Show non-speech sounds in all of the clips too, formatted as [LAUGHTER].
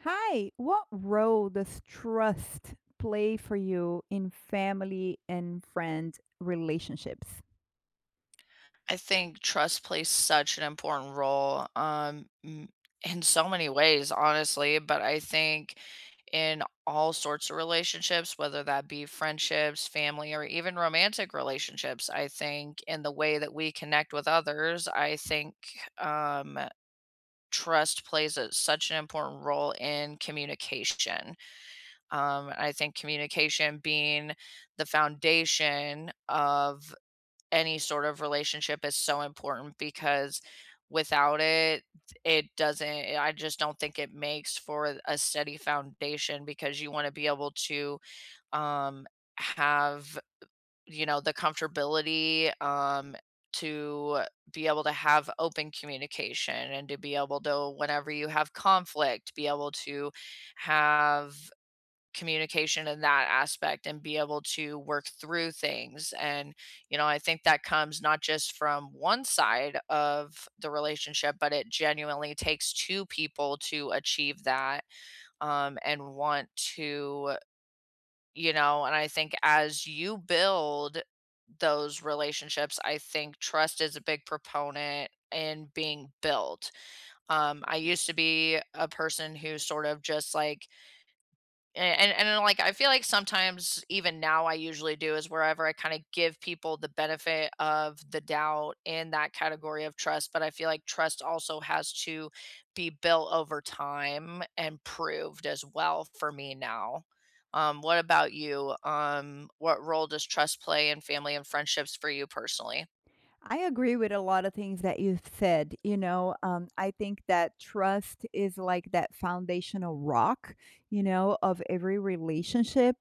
Hi, what role does trust play for you in family and friend relationships? I think trust plays such an important role in so many ways, honestly. But I think in all sorts of relationships, whether that be friendships, family, or even romantic relationships, I think in the way that we connect with others, I think um, trust plays such an important role in communication. I think communication being the foundation of any sort of relationship is so important because without it, it doesn't, eh, I just don't think it makes for a steady foundation because you want to be able to um, have, you know, the comfortability to be able to have open communication and to be able to, whenever you have conflict, be able to have communication in that aspect and be able to work through things. And you know, I think that comes not just from one side of the relationship, but it genuinely takes two people to achieve that. And want to, you know, and I think as you build those relationships, I think trust is a big proponent in being built. I used to be a person who sort of just like a and then, like, I feel like sometimes even now I usually do is wherever I kinda give people the benefit of the doubt in that category of trust, but I feel like trust also has to be built over time and proved as well for me now. What about you? What role does trust play in family and friendships for you personally? I agree with a lot of things that you've said. I think that trust is like that foundational rock, you know, of every relationship,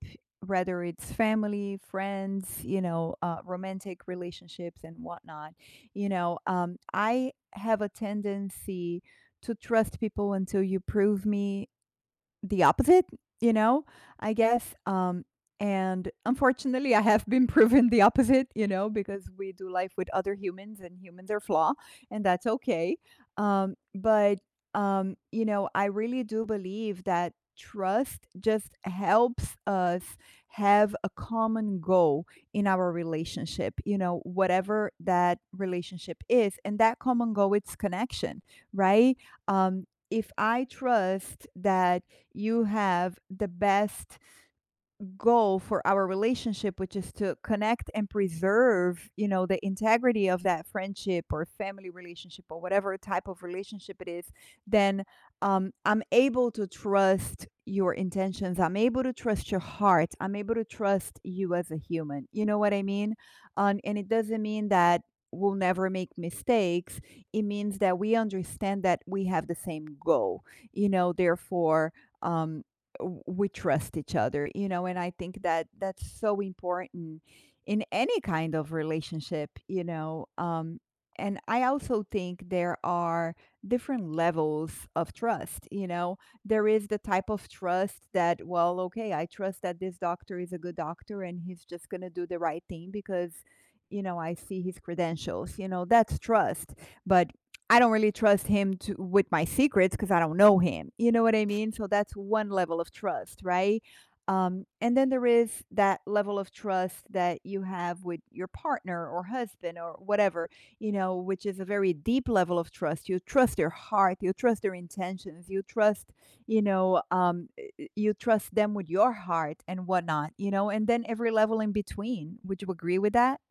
whether it's family, friends, romantic relationships and whatnot. I have a tendency to trust people until you prove me the opposite, you know, I guess, and unfortunately, I have been [LAUGHS] proven the opposite, you know, because we do life with other humans and humans are flawed, and that's okay. Um, but, you know, I really do believe that trust just helps us have a common goal in our relationship, you know, whatever that relationship is. And that common goal, it's connection, right? Um, if I trust that you have the best goal for our relationship, which is to connect and preserve, you know, the integrity of that friendship or family relationship or whatever type of relationship it is, then I'm able to trust your intentions. I'm able to trust your heart. I'm able to trust you as a human. You know what I mean? And it doesn't mean that we'll never make mistakes. It means that we understand that we have the same goal. You know, therefore, um, we trust each other, you know, and I think that that's so important in any kind of relationship, you know. And I also think there are different levels of trust, you know. There is the type of trust that, well, okay, I trust that this doctor is a good doctor and he's just going to do the right thing because, you know, I see his credentials, you know, that's trust. But I don't really trust him to with my secrets because I don't know him. You know what I mean? So that's one level of trust, right? And then there is that level of trust that you have with your partner or husband or whatever, you know, which is a very deep level of trust. You trust their heart, you trust their intentions, you trust, you trust them with your heart and whatnot, you know, and then every level in between. Would you agree with that?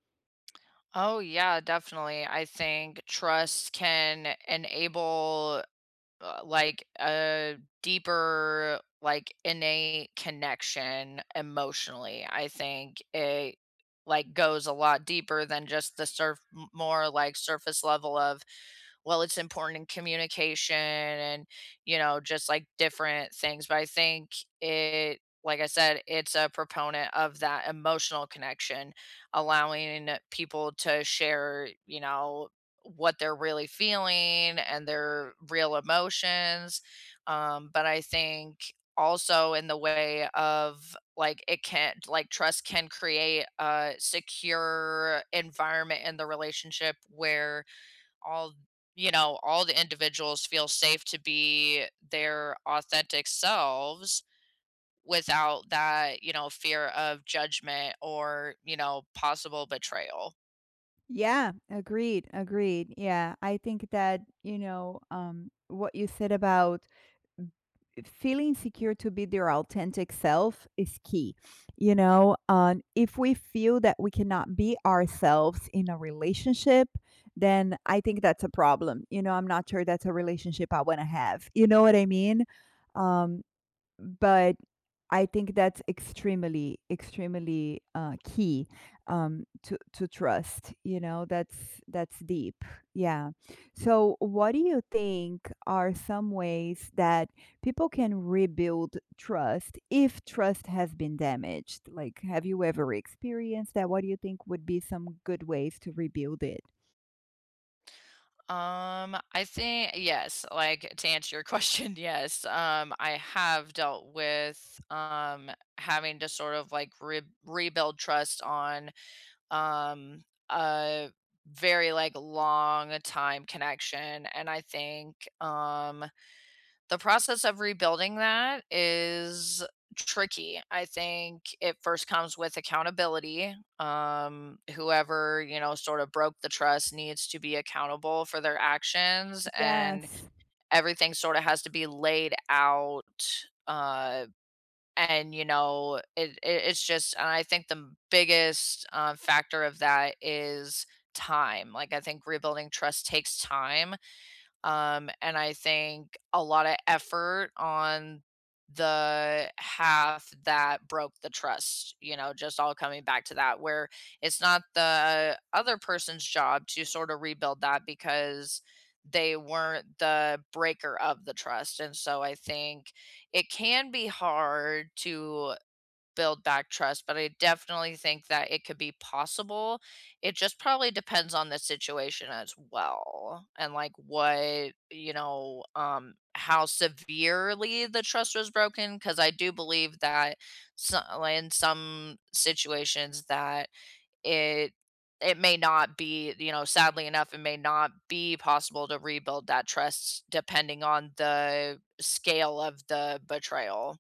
Oh, yeah, definitely. I think trust can enable like a deeper, like, innate connection emotionally. I think it like goes a lot deeper than just the more like surface level of, well, it's important in communication and you know, just like different things. But I think it, like I said, it's a proponent of that emotional connection, allowing people to share, you know, what they're really feeling and their real emotions. But I think also in the way of, like, it can, like, trust can create a secure environment in the relationship where all, you know, all the individuals feel safe to be their authentic selves without that, you know, fear of judgment or, you know, possible betrayal. Yeah, agreed, agreed. Yeah, I think that, what you said about feeling secure to be their authentic self is key. If we feel that we cannot be ourselves in a relationship, then I think that's a problem. You know, I'm not sure that's a relationship I want to have. You know what I mean? Um, but I think that's extremely, extremely key, to trust. You know, that's deep. Yeah. So, what do you think are some ways that people can rebuild trust if trust has been damaged? Like, have you ever experienced that? What do you think would be some good ways to rebuild it? I think yes, like to answer your question, [LAUGHS] yes. I have dealt with, um, having to sort of like re rebuild trust on, um, a very like long time connection. And I think, um, the process of rebuilding that is tricky. I think it first comes with accountability. Whoever, you know, sort of broke the trust needs to be accountable for their actions, and Yes. everything sort of has to be laid out. And, you know, and I think the biggest factor of that is time. Like, I think rebuilding trust takes time, and I think a lot of effort on the half that broke the trust, you know, just all coming back to that, where it's not the other person's job to sort of rebuild that because they weren't the breaker of the trust. And so I think it can be hard to build back trust, but I definitely think that it could be possible. It just probably depends on the situation as well, and like what, you know, um, how severely the trust was broken, because I do believe that so, in some situations that it it may not be, you know, sadly enough, it may not be possible to rebuild that trust depending on the scale of the betrayal.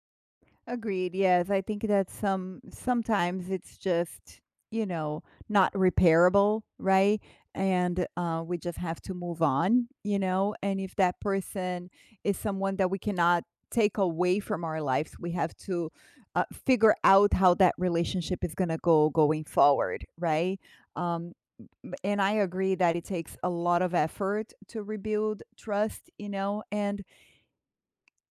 Agreed. Yes, I think that sometimes it's just, you know, not repairable, right? And we just have to move on, you know. And if that person is someone that we cannot take away from our lives, we have to figure out how that relationship is going to go going forward, right? Um, and I agree that it takes a lot of effort to rebuild trust, you know, and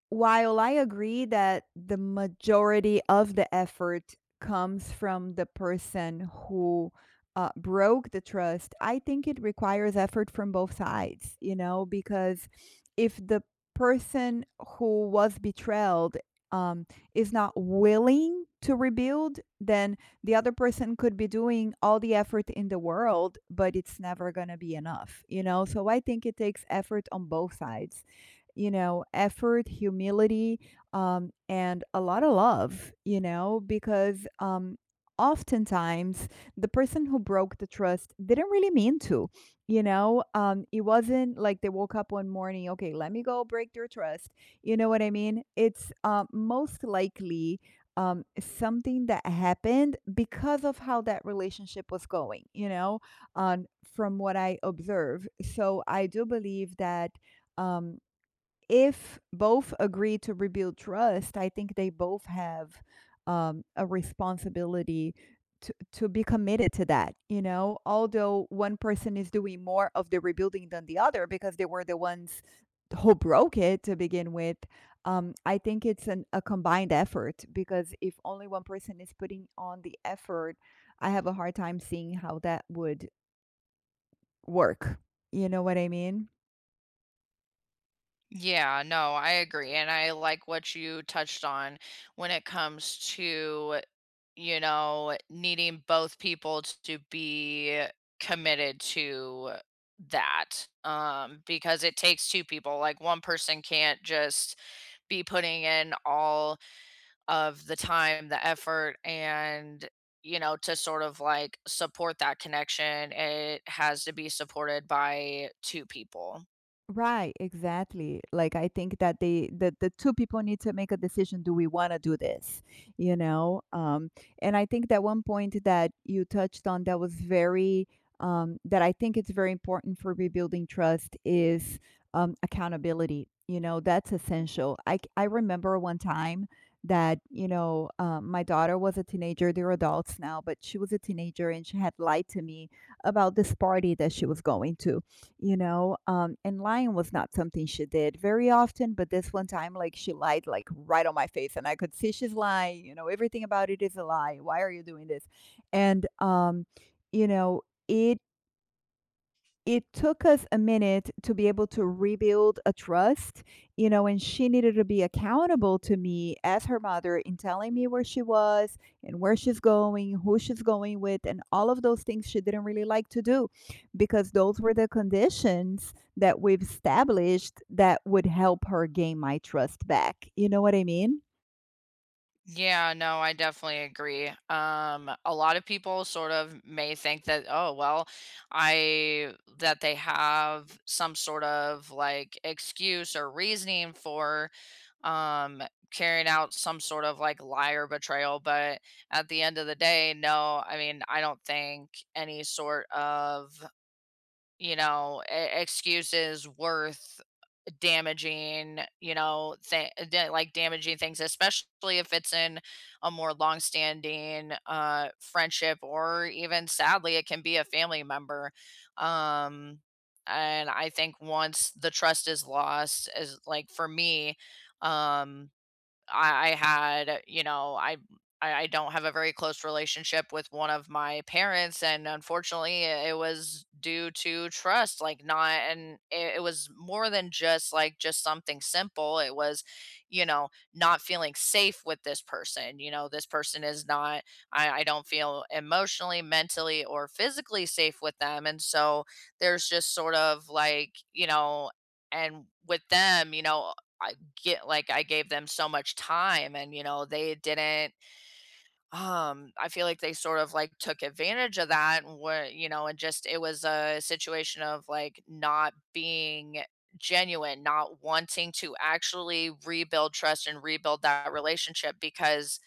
while I agree that the majority of the effort comes from the person who broke the trust, I think it requires effort from both sides, you know, because if the person who was betrayed, um, is not willing to rebuild, then the other person could be doing all the effort in the world, but it's never going to be enough, you know? So I think it takes effort on both sides, you know, effort, humility, and a lot of love, you know, because oftentimes the person who broke the trust didn't really mean to, you know, it wasn't like they woke up one morning, okay, let me go break their trust. You know what I mean? It's most likely something that happened because of how that relationship was going, you know, from what I observe. So I do believe that. Um, if both agree to rebuild trust, I think they both have, a responsibility to be committed to that. You know, although one person is doing more of the rebuilding than the other because they were the ones who broke it to begin with, I think it's a combined effort because if only one person is putting on the effort, I have a hard time seeing how that would work. You know what I mean? Yeah, no, I agree. And I like what you touched on when it comes to, you know, needing both people to be committed to that. Because it takes two people. Like, one person can't just be putting in all of the time, the effort, and you know, to sort of like support that connection, it has to be supported by two people. Right, exactly. Like I think that the two people need to make a decision, do we want to do this? You know? And I think that one point that you touched on that was very that I think it's very important for rebuilding trust is accountability. You know, that's essential. I remember one time that, you know, my daughter was a teenager, they're adults now, but she was a teenager and she had lied to me about this party that she was going to, you know, and lying was not something she did very often, but this one time, like, she lied like right on my face and I could see she's lying, you know, everything about it is a lie, why are you doing this? And you know, it it took us a minute to be able to rebuild a trust, you know, and she needed to be accountable to me as her mother in telling me where she was and where she's going, who she's going with, and all of those things she didn't really like to do because those were the conditions that we've established that would help her gain my trust back. You know what I mean? Yeah, no, I definitely agree. A lot of people sort of may think that, oh, well, I that they have some sort of like excuse or reasoning for, um, carrying out some sort of like lie or betrayal. But at the end of the day, no, I mean, I don't think any sort of, you know, excuse is worth damaging, you know, like damaging things, especially if it's in a more longstanding friendship, or even sadly, it can be a family member. Um, and I think once the trust is lost, is like for me, um, I had, you know, I don't have a very close relationship with one of my parents, and unfortunately, it was due to trust, like not, and it was more than just like just something simple. It was, you know, not feeling safe with this person. You know, this person is not. I don't feel emotionally, mentally, or physically safe with them, and so there's just sort of like, you know, and with them, you know, get like I gave them so much time and you know they didn't, um, I feel like they sort of like took advantage of that and were, you know, and just it was a situation of like not being genuine, not wanting to actually rebuild trust and rebuild that relationship because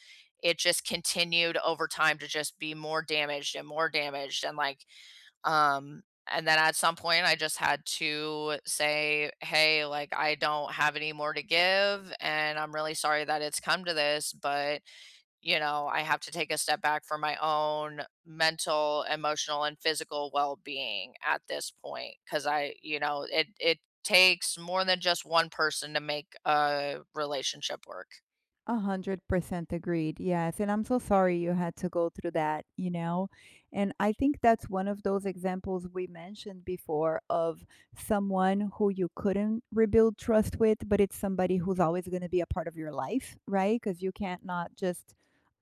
it just continued over time to just be more damaged and like, um, and then at some point, I just had to say, "Hey, like, I don't have any more to give, and I'm really sorry that it's come to this, but, you know, I have to take a step back for my own mental, emotional, and physical well-being at this point, because I you know, it takes more than just one person to make a relationship work." 100% agreed. Yes. And I'm so sorry you had to go through that, you know? And I think that's one of those examples we mentioned before of someone who you couldn't rebuild trust with, but it's somebody who's always going to be a part of your life, right? Because you can't not just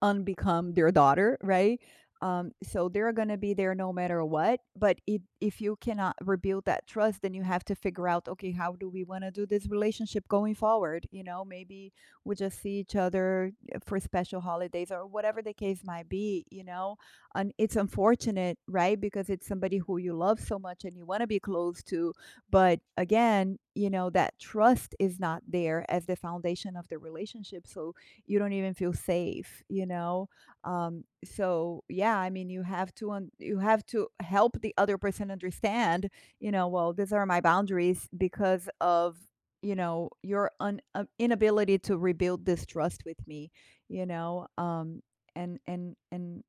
unbecome their daughter, right? So they're going to be there no matter what. But it, if you cannot rebuild that trust, then you have to figure out, okay, how do we want to do this relationship going forward? You know, maybe we just see each other for special holidays or whatever the case might be, you know. And it's unfortunate, right? Because it's somebody who you love so much and you want to be close to. But again, you know, that trust is not there as the foundation of the relationship. So you don't even feel safe, you know? So yeah, I mean, you have to, you have to help the other person understand, you know, well, these are my boundaries because of, you know, your un inability to rebuild this trust with me, you know, and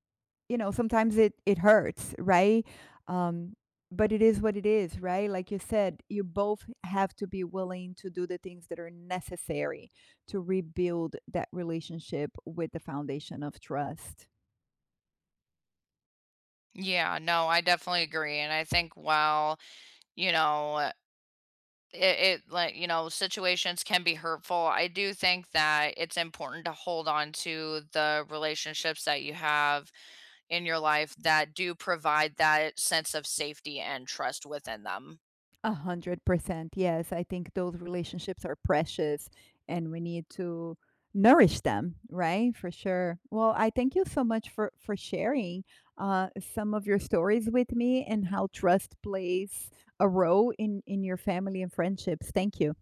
you know, sometimes it it hurts, right? Um, but it is what it is, right? Like you said, you both have to be willing to do the things that are necessary to rebuild that relationship with the foundation of trust. Yeah, no, I definitely agree, and I think while, you know, it like you know situations can be hurtful, I do think that it's important to hold on to the relationships that you have in your life that do provide that sense of safety and trust within them. 100%. Yes, I think those relationships are precious and we need to nourish them, right? For sure. Well, I thank you so much for sharing some of your stories with me and how trust plays a role in your family and friendships. Thank you.